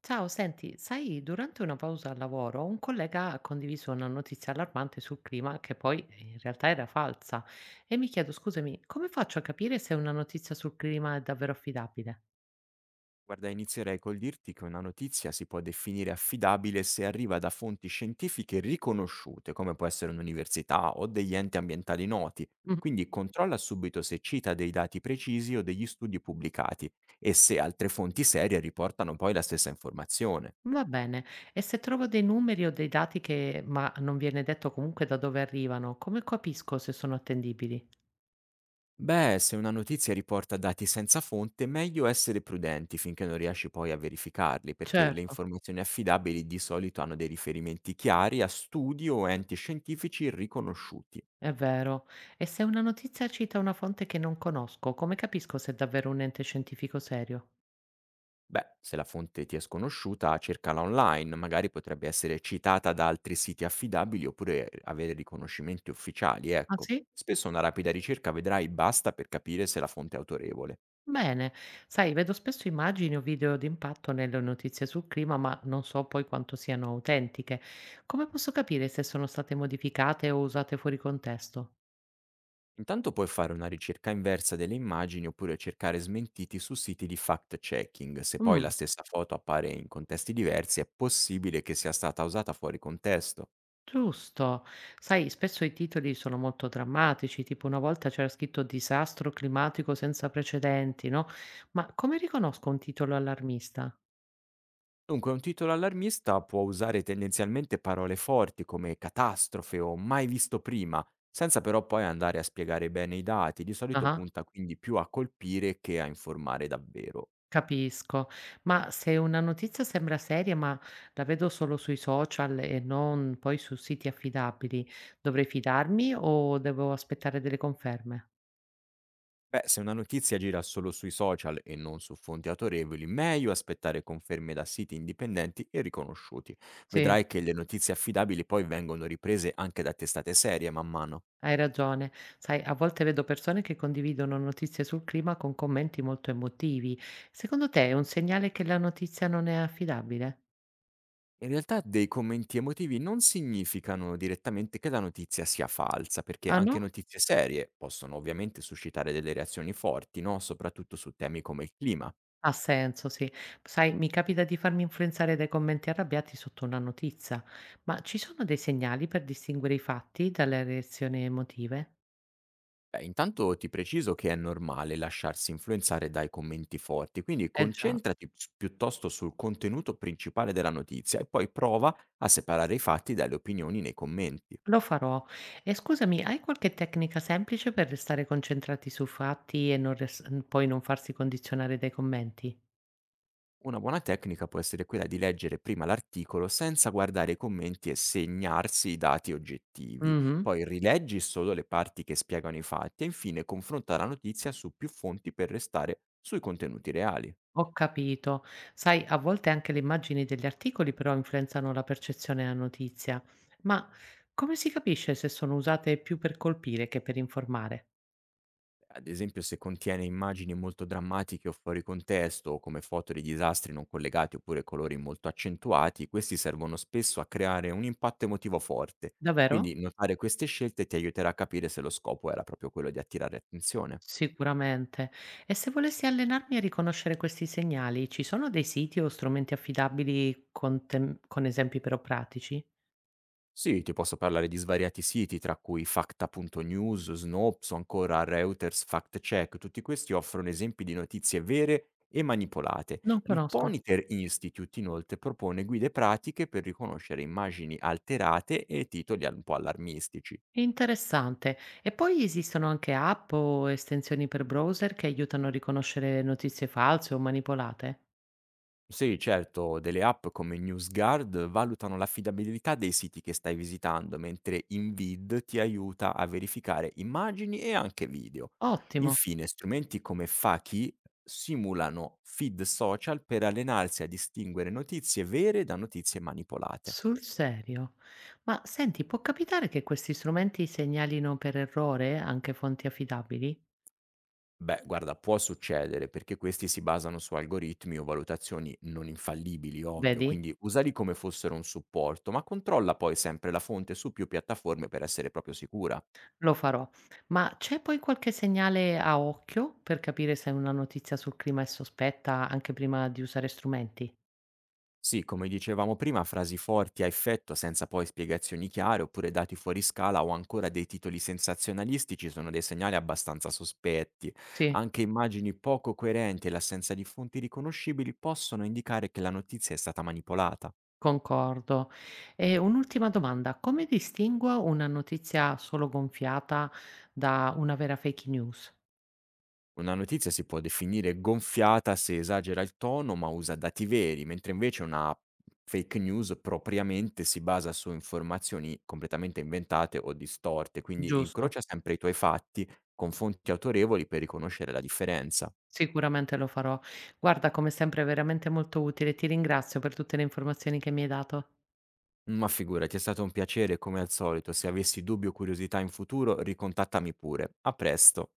Ciao, senti, sai, durante una pausa al lavoro un collega ha condiviso una notizia allarmante sul clima che poi in realtà era falsa e mi chiedo, scusami, come faccio a capire se una notizia sul clima è davvero affidabile? Guarda, inizierei col dirti che una notizia si può definire affidabile se arriva da fonti scientifiche riconosciute, come può essere un'università o degli enti ambientali noti. Mhm. Quindi controlla subito se cita dei dati precisi o degli studi pubblicati e se altre fonti serie riportano poi la stessa informazione. Va bene, e se trovo dei numeri o dei dati che, ma non viene detto comunque da dove arrivano, come capisco se sono attendibili? Beh, se una notizia riporta dati senza fonte, meglio essere prudenti finché non riesci poi a verificarli, perché le Certo, informazioni affidabili di solito hanno dei riferimenti chiari a studi o enti scientifici riconosciuti. è vero. E se una notizia cita una fonte che non conosco, come capisco se è davvero un ente scientifico serio? Beh, se la fonte ti è sconosciuta, cercala online, magari potrebbe essere citata da altri siti affidabili oppure avere riconoscimenti ufficiali, Ah ecco. sì? Spesso una rapida ricerca vedrai basta per capire se la fonte è autorevole. Bene, sai, vedo spesso immagini o video d'impatto nelle notizie sul clima, ma non so poi quanto siano autentiche. Come posso capire se sono state modificate o usate fuori contesto? Intanto puoi fare una ricerca inversa delle immagini oppure cercare smentiti su siti di fact-checking. Se poi la Mm, stessa foto appare in contesti diversi, è possibile che sia stata usata fuori contesto. giusto. Sai, spesso i titoli sono molto drammatici, tipo una volta c'era scritto disastro climatico senza precedenti, no? Ma come riconosco un titolo allarmista? Dunque, un titolo allarmista può usare tendenzialmente parole forti come catastrofe o mai visto prima, senza però poi andare a spiegare bene i dati. Di solito Ah. punta quindi più a colpire che a informare davvero. Capisco, ma se una notizia sembra seria, ma la vedo solo sui social e non poi su siti affidabili, dovrei fidarmi o devo aspettare delle conferme? Beh, se una notizia gira solo sui social e non su fonti autorevoli, meglio aspettare conferme da siti indipendenti e riconosciuti. Sì, Vedrai che le notizie affidabili poi vengono riprese anche da testate serie man mano. hai ragione. Sai, a volte vedo persone che condividono notizie sul clima con commenti molto emotivi. Secondo te è un segnale che la notizia non è affidabile? In realtà dei commenti emotivi non significano direttamente che la notizia sia falsa, perché Ah anche no? notizie serie possono ovviamente suscitare delle reazioni forti, no? Soprattutto su temi come il clima. Ha senso, sì. Sai, mi capita di farmi influenzare dai commenti arrabbiati sotto una notizia, ma ci sono dei segnali per distinguere i fatti dalle reazioni emotive? Beh, intanto ti preciso che è normale lasciarsi influenzare dai commenti forti, quindi Eh già, piuttosto sul contenuto principale della notizia e poi prova a separare i fatti dalle opinioni nei commenti. lo farò. E scusami, hai qualche tecnica semplice per restare concentrati sui fatti e non res- poi non farsi condizionare dai commenti? Una buona tecnica può essere quella di leggere prima l'articolo senza guardare i commenti e segnarsi i dati oggettivi. Mhm, Poi rileggi solo le parti che spiegano i fatti e infine confronta la notizia su più fonti per restare sui contenuti reali. ho capito. Sai, a volte anche le immagini degli articoli però influenzano la percezione della notizia, ma come si capisce se sono usate più per colpire che per informare? Ad esempio, se contiene immagini molto drammatiche o fuori contesto, come foto di disastri non collegati oppure colori molto accentuati, questi servono spesso a creare un impatto emotivo forte. Davvero? Quindi notare queste scelte ti aiuterà a capire se lo scopo era proprio quello di attirare attenzione. Sicuramente. E se volessi allenarmi a riconoscere questi segnali, ci sono dei siti o strumenti affidabili con esempi però pratici? Sì, ti posso parlare di svariati siti, tra cui Facta.news, Snopes o ancora Reuters Fact Check. Tutti questi offrono esempi di notizie vere e manipolate. Non Il conosco. Poniter Institute inoltre propone guide pratiche per riconoscere immagini alterate e titoli un po' allarmistici. Interessante. E poi esistono anche app o estensioni per browser che aiutano a riconoscere notizie false o manipolate? Sì, certo, delle app come NewsGuard valutano l'affidabilità dei siti che stai visitando, mentre InVid ti aiuta a verificare immagini e anche video. Ottimo. Infine, strumenti come Faki simulano feed social per allenarsi a distinguere notizie vere da notizie manipolate. Sul serio. Ma senti, può capitare che questi strumenti segnalino per errore anche fonti affidabili? Beh, guarda, può succedere perché questi si basano su algoritmi o valutazioni non infallibili, ovvio, Vedi? quindi usali come fossero un supporto, ma controlla poi sempre la fonte su più piattaforme per essere proprio sicura. Lo farò. Ma c'è poi qualche segnale a occhio per capire se una notizia sul clima è sospetta anche prima di usare strumenti? Sì, come dicevamo prima, frasi forti a effetto senza poi spiegazioni chiare oppure dati fuori scala o ancora dei titoli sensazionalistici sono dei segnali abbastanza sospetti. Sì, Anche immagini poco coerenti e l'assenza di fonti riconoscibili possono indicare che la notizia è stata manipolata. concordo. E un'ultima domanda, come distingo una notizia solo gonfiata da una vera fake news? Una notizia si può definire gonfiata se esagera il tono ma usa dati veri, mentre invece una fake news propriamente si basa su informazioni completamente inventate o distorte, quindi Giusto, incrocia sempre i tuoi fatti con fonti autorevoli per riconoscere la differenza. sicuramente lo farò. Guarda, come sempre, è veramente molto utile. Ti ringrazio per tutte le informazioni che mi hai dato. Ma figurati, è stato un piacere come al solito, se avessi dubbi o curiosità in futuro ricontattami pure. A presto!